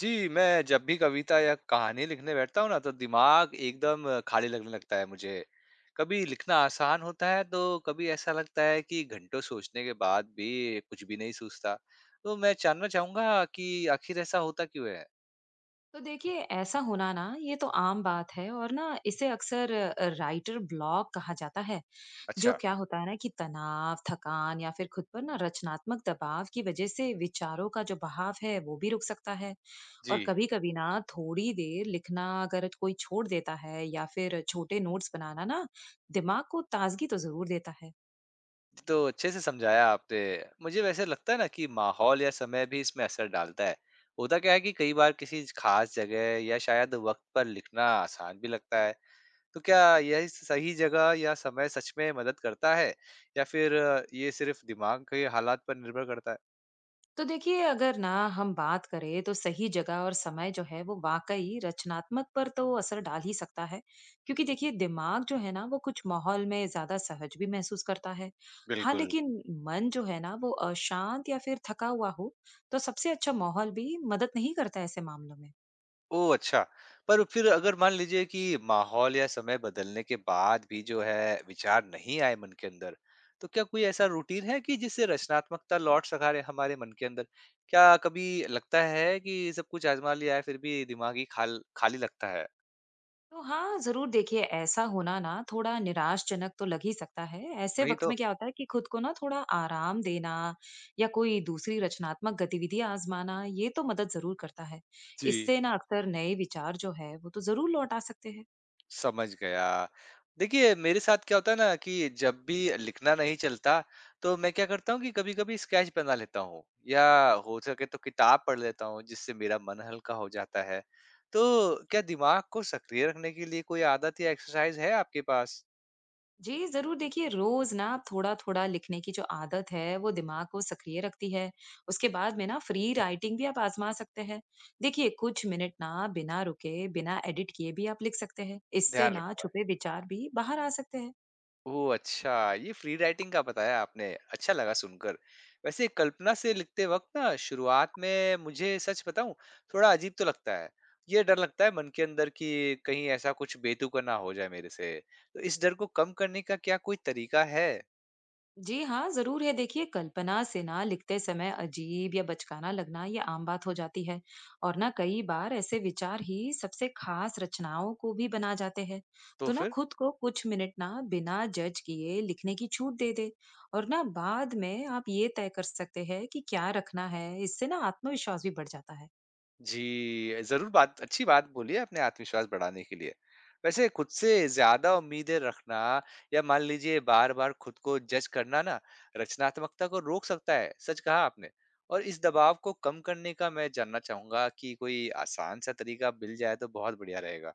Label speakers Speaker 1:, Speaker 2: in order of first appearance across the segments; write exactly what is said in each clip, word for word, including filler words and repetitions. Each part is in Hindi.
Speaker 1: जी, मैं जब भी कविता या कहानी लिखने बैठता हूँ ना, तो दिमाग एकदम खाली लगने लगता है मुझे। कभी लिखना आसान होता है, तो कभी ऐसा लगता है कि घंटों सोचने के बाद भी कुछ भी नहीं सूझता। तो मैं जानना चाहूँगा कि आखिर ऐसा होता क्यों है?
Speaker 2: तो देखिए ऐसा होना ना ये तो आम बात है और ना इसे अक्सर राइटर ब्लॉक कहा जाता है। जो
Speaker 1: अच्छा,
Speaker 2: क्या होता है ना कि तनाव, थकान या फिर खुद पर ना रचनात्मक दबाव की वजह से विचारों का जो बहाव है वो भी रुक सकता है।
Speaker 1: जी।
Speaker 2: और कभी कभी ना थोड़ी देर लिखना अगर कोई छोड़ देता है या फिर छोटे नोट्स बनाना ना दिमाग को ताजगी तो जरूर देता है।
Speaker 1: तो अच्छे से समझाया आपने। मुझे वैसे लगता है ना कि माहौल या समय भी इसमें असर डालता है। होता क्या है कि कई बार किसी खास जगह या शायद वक़्त पर लिखना आसान भी लगता है। तो क्या यह सही जगह या समय सच में मदद करता है या फिर अ, ये सिर्फ दिमाग के हालात पर निर्भर करता है।
Speaker 2: तो देखिए अगर ना हम बात करें तो सही जगह और समय जो है वो वाकई रचनात्मक पर तो असर डाल ही सकता है। क्योंकि देखिए दिमाग जो है ना वो कुछ माहौल में ज्यादा सहज भी महसूस करता है। हाँ
Speaker 1: बिल्कुल।
Speaker 2: लेकिन मन जो है ना वो अशांत या फिर थका हुआ हो तो सबसे अच्छा माहौल भी मदद नहीं करता ऐसे मामलों में।
Speaker 1: ओ अच्छा। पर फिर अगर मान लीजिए कि माहौल या समय बदलने के बाद भी जो है विचार नहीं आए मन के अंदर, तो क्या कोई ऐसा रूटीन है कि जिससे रचनात्मकता लौट सका रहे हमारे मन के अंदर। क्या कभी लगता है कि सब कुछ आजमा लिया है फिर भी दिमागी खाल खाली लगता है?
Speaker 2: तो हाँ, ज़रूर देखिए ऐसा होना ना थोड़ा निराशजनक तो लग ही सकता है। ऐसे
Speaker 1: वही
Speaker 2: वक़्त
Speaker 1: तो।
Speaker 2: में क्या होता है कि खुद को ना थोड़ा आराम देना या कोई दूसरी रचनात्मक गतिविधि आज़माना, ये तो मदद ज़रूर करता है।
Speaker 1: जी।
Speaker 2: इससे ना अक्सर नए विचार जो है, वो तो ज़रूर लौट आ सकते हैं।
Speaker 1: समझ गया। देखिए, मेरे साथ क्या होता है ना कि जब भी लिखना नहीं चलता, तो मैं क्या करता हूँ कि कभी-कभी स्केच बना लेता हूँ या हो सके तो किताब पढ़ लेता हूँ, जिससे मेरा मन हल्का हो जाता है। तो क्या दिमाग को सक्रिय रखने के लिए कोई आदत या एक्सरसाइज़ है आपके पास?
Speaker 2: जी, ज़रूर देखिए रोज़ ना थोड़ा-थोड़ा लिखने की जो आदत है वो दिमाग को सक्रिय रखती है। उसके बाद में ना फ्री राइटिंग भी आप आज़मा सकते हैं। देखिए कुछ मिनट ना बिना रुके, बिना एडिट किए भी आप लिख सकते हैं। इससे
Speaker 1: ध्यान
Speaker 2: ना
Speaker 1: रखूँगा।
Speaker 2: छुपे विचार भी बाहर आ सकते हैं।
Speaker 1: ओह! अच्छा, ये फ्री राइटिंग का बताया आपने, अच्छा लगा सुनकर। वैसे कल्पना से लिखते वक़्त ना शुरुआत में मुझे सच बताऊँ, थोड़ा अजीब तो लगता है। ये डर लगता है मन के अंदर कि कहीं ऐसा कुछ बेतुका ना हो जाए मेरे से। तो इस डर को कम करने का क्या कोई तरीका है?
Speaker 2: जी हाँ, जरूर है। देखिए, कल्पना से ना लिखते समय अजीब या बचकाना लगना ये आम बात हो जाती है और ना कई बार ऐसे विचार ही सबसे खास रचनाओं को भी बना जाते हैं।
Speaker 1: तो
Speaker 2: तो ना
Speaker 1: फिर?
Speaker 2: खुद को कुछ मिनट ना बिना जज किए लिखने की छूट दे दे और ना बाद में आप ये तय कर सकते हैं कि क्या रखना है। इससे ना आत्मविश्वास भी बढ़ जाता है।
Speaker 1: जी, ज़रूर बात अच्छी बात बोली है आपने आत्मविश्वास बढ़ाने के लिए। वैसे खुद से ज़्यादा उम्मीदें रखना या मान लीजिए बार-बार खुद को जज करना ना, रचनात्मकता को रोक सकता है, सच कहा आपने। और इस दबाव को कम करने का मैं जानना चाहूँगा कि कोई आसान सा तरीका मिल जाए तो बहुत बढ़िया रहेगा।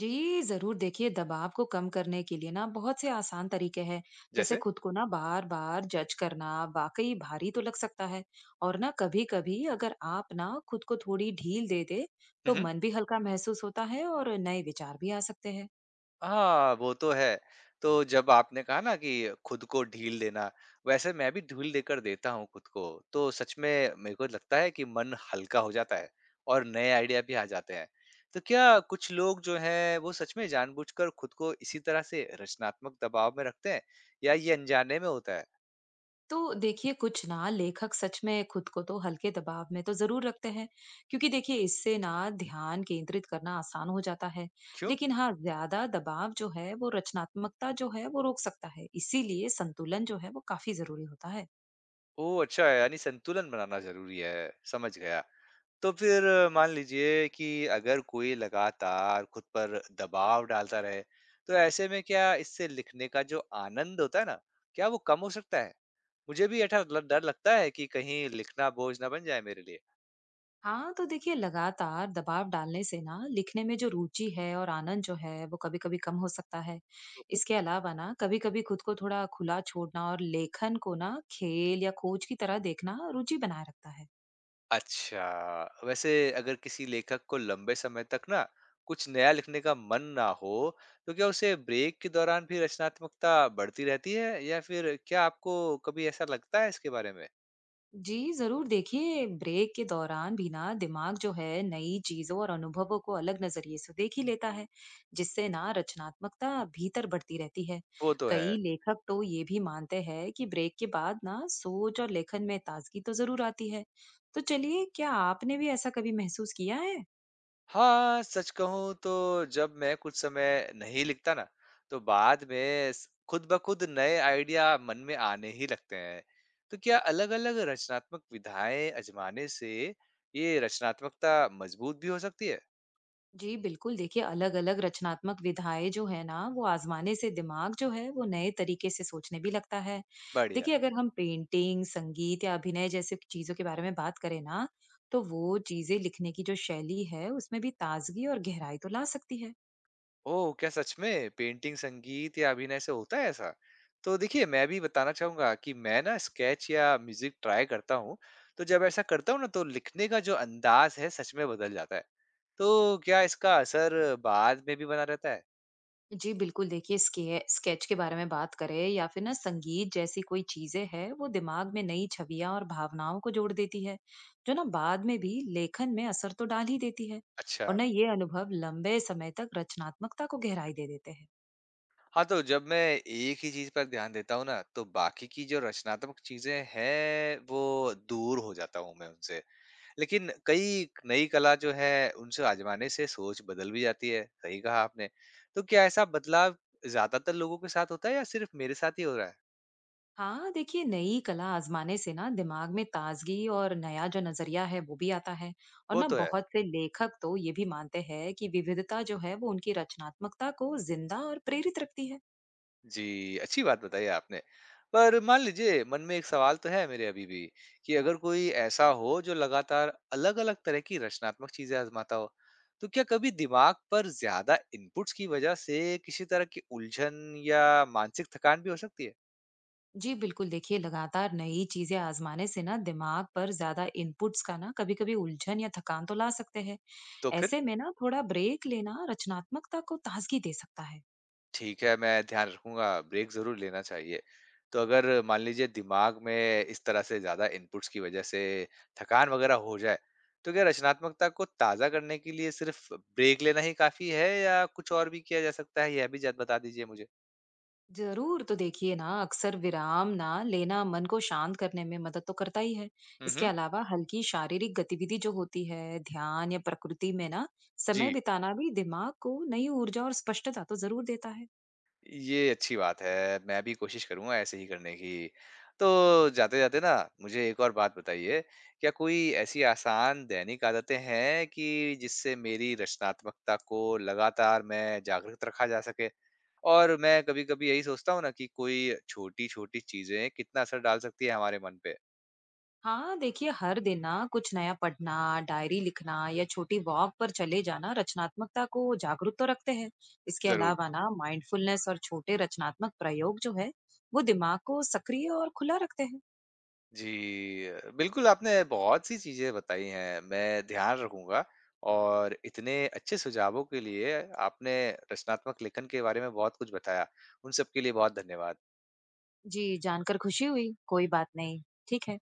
Speaker 2: जी, ज़रूर देखिए दबाव को कम करने के लिए ना बहुत से आसान तरीके हैं। जैसे
Speaker 1: जैसे?
Speaker 2: खुद को ना बार-बार जज करना वाक़ई भारी तो लग सकता है, और ना कभी-कभी अगर आप ना खुद को थोड़ी ढील दे दे,
Speaker 1: हुँ,
Speaker 2: तो
Speaker 1: हुँ।
Speaker 2: मन भी हल्का महसूस होता है और नए विचार भी आ सकते हैं।
Speaker 1: हाँ, वो तो है। तो जब आपने कहा ना कि खुद को ढील देना, वैसे मैं भी ढील देकर देता हूँ खुद को। तो सच में मेरे को लगता है कि मन हल्का हो जाता है और नए आइडिया भी आ जाते हैं। तो क्या कुछ लोग जो हैं वो सच में जानबूझकर खुद को इसी तरह से रचनात्मक दबाव में रखते हैं या ये अनजाने में होता है?
Speaker 2: तो देखिए कुछ ना लेखक सच में खुद को तो हल्के दबाव में तो जरूर रखते हैं क्योंकि देखिए इससे ना ध्यान केंद्रित करना आसान हो जाता है।
Speaker 1: क्यों?
Speaker 2: लेकिन हाँ ज्यादा दबाव जो है वो रचनात्मकता जो है वो रोक सकता है, इसीलिए संतुलन जो है वो काफी जरूरी होता है।
Speaker 1: ओह! अच्छा है, यानी संतुलन बनाना ज़रूरी है। समझ गया। तो फिर अ, मान लीजिए कि अगर कोई लगातार खुद पर दबाव डालता रहे, तो ऐसे में क्या इससे लिखने का जो आनंद होता है ना, क्या वो कम हो सकता है? मुझे भी ऐसा ल- डर लगता है कि कहीं लिखना बोझ ना बन जाए मेरे लिए।
Speaker 2: हाँ तो देखिए लगातार दबाव डालने से ना लिखने में जो रुचि है और आनंद जो है वो कभी कभी कम हो सकता है।
Speaker 1: मम्म।
Speaker 2: इसके अलावा ना कभी कभी खुद को थोड़ा खुला छोड़ना और लेखन को ना खेल या खोज की तरह देखना रुचि बनाए रखता है।
Speaker 1: अच्छा, वैसे अगर किसी लेखक को लंबे समय तक ना कुछ नया लिखने का मन ना हो, तो क्या उसे ब्रेक के दौरान भी रचनात्मकता बढ़ती रहती है या फिर क्या आपको कभी ऐसा लगता है इसके बारे में?
Speaker 2: जी, ज़रूर देखिए, ब्रेक के दौरान भी ना दिमाग जो है नई चीज़ों और अनुभवों को अलग नज़रिए से देख ही लेता है, जिससे ना रचनात्मकता भीतर बढ़ती रहती है।
Speaker 1: वो तो
Speaker 2: कई
Speaker 1: है।
Speaker 2: लेखक तो ये भी मानते हैं कि ब्रेक के बाद ना सोच और लेखन में ताजगी तो ज़रूर आती है। तो चलिए, क्या आपने भी ऐसा कभी महसूस किया है?
Speaker 1: हाँ, सच कहूँ तो जब मैं कुछ समय नहीं लिखता ना, तो बाद में स खुद ब खुद नए आइडिया मन में आने ही लगते हैं। तो क्या अलग-अलग रचनात्मक विधाएँ आज़माने से ये रचनात्मकता मजबूत भी हो सकती है?
Speaker 2: जी बिल्कुल देखिए अलग-अलग रचनात्मक विधाएं जो है ना वो आजमाने से दिमाग जो है वो नए तरीके से सोचने भी लगता है।
Speaker 1: बढ़िया।
Speaker 2: देखिए अगर हम पेंटिंग, संगीत या अभिनय जैसे चीजों के बारे में बात करें ना तो वो चीजें लिखने की जो शैली है उसमें भी ताजगी और गहराई तो ला सकती है।
Speaker 1: ओह! क्या सच में पेंटिंग, संगीत या अभिनय से होता है ऐसा? तो देखिए, मैं भी बताना चाहूँगा कि मैं ना स्केच या म्यूज़िक ट्राई करता हूँ, तो जब ऐसा करता हूँ ना तो लिखने का जो अंदाज़ है सच में बदल जाता है। तो क्या इसका असर बाद में भी बना रहता है?
Speaker 2: जी बिल्कुल देखिए स्के स्केच के बारे में बात करें या फिर ना संगीत जैसी कोई चीजें हैं वो दिमाग में नई छवियां और भावनाओं को जोड़ देती है, जो ना बाद में भी लेखन में असर तो डाल ही देती है।
Speaker 1: अच्छा।
Speaker 2: और ना ये अनुभव लंबे समय तक रचनात्मकता को गहराई दे देते हैं।
Speaker 1: हाँ, तो जब मैं एक ही चीज़ पर ध्यान देता हूँ ना, तो बाकी की जो रचनात्मक चीज़ें हैं, वो दूर हो जाता हूँ मैं उनसे। लेकिन कई नई कला जो है, उनसे आज़माने से सोच बदल भी जाती है, सही कहा आपने। तो क्या ऐसा बदलाव ज़्यादातर लोगों के साथ होता है या सिर्फ़ मेरे साथ ही हो रहा है?
Speaker 2: हाँ देखिए नई कला आजमाने से ना दिमाग में ताजगी और नया जो नजरिया है वो भी आता है। और
Speaker 1: वो
Speaker 2: ना
Speaker 1: तो है।
Speaker 2: बहुत से लेखक तो ये भी मानते हैं कि विविधता जो है वो उनकी रचनात्मकता को जिंदा और प्रेरित रखती है।
Speaker 1: जी, अच्छी बात बताई आपने। पर मान लीजिए मन में एक सवाल तो है मेरे अभी भी कि अगर कोई ऐसा हो जो लगातार अलग-अलग तरह की रचनात्मक चीज़ें आज़माता हो, तो क्या कभी दिमाग पर ज़्यादा इनपुट्स की वज़ह से किसी तरह की उलझन या मानसिक थकान भी हो सकती है?
Speaker 2: जी बिल्कुल देखिए लगातार नई चीजें आजमाने से ना दिमाग पर ज्यादा इनपुट्स का ना कभी कभी उलझन या थकान तो ला सकते हैं।
Speaker 1: तो फिर?
Speaker 2: ऐसे में ना थोड़ा ब्रेक लेना रचनात्मकता को ताजगी दे सकता है।
Speaker 1: ठीक है, मैं ध्यान रखूँगा, ब्रेक ज़रूर लेना चाहिए। तो अगर मान लीजिए दिमाग में इस तरह से ज़्यादा इनपुट्स की वज़ह से थकान वग़ैरह हो जाए, तो क्या रचनात्मकता को ताज़ा करने के लिए सिर्फ़ ब्रेक लेना ही काफ़ी है या कुछ और भी किया जा सकता है? यह भी ज़रा बता दीजिए मुझे।
Speaker 2: जरूर तो देखिए ना अक्सर विराम ना लेना मन को शांत करने में मदद तो करता ही है।
Speaker 1: हुँ,
Speaker 2: इसके
Speaker 1: हुँ।
Speaker 2: अलावा हल्की शारीरिक गतिविधि जो होती है, ध्यान या प्रकृति में ना समय
Speaker 1: जी।
Speaker 2: बिताना भी दिमाग को नई ऊर्जा और स्पष्टता तो जरूर देता है।
Speaker 1: ये अच्छी बात है। मैं भी कोशिश करूँगा ऐसे ही करने की। तो जाते-जाते ना मुझे एक और बात बताइए, क्या कोई ऐसी आसान दैनिक आदतें हैं कि जिससे मेरी रचनात्मकता को लगातार मैं जागृत रखा जा सके? और मैं कभी-कभी यही सोचता हूँ ना कि कोई छोटी-छोटी चीज़ें कितना असर डाल सकती है हमारे मन पे?
Speaker 2: हाँ देखिए हर दिन ना कुछ नया पढ़ना, डायरी लिखना या छोटी वॉक पर चले जाना रचनात्मकता को जागरूक तो रखते हैं। इसके
Speaker 1: ज़रूर।
Speaker 2: अलावा ना माइंडफुलनेस और छोटे रचनात्मक प्रयोग जो है वो दिमाग को सक्रिय और खुला रखते हैं।
Speaker 1: जी, अ, बिल्कुल आपने बहुत सी चीज़ें बताई हैं, मैं ध्यान रखूँगा और इतने अच्छे सुझावों के लिए आपने रचनात्मक लेखन के बारे में बहुत कुछ बताया। उन सब के लिए बहुत धन्यवाद।
Speaker 2: जी जानकर खुशी हुई। कोई बात नहीं। ठीक है।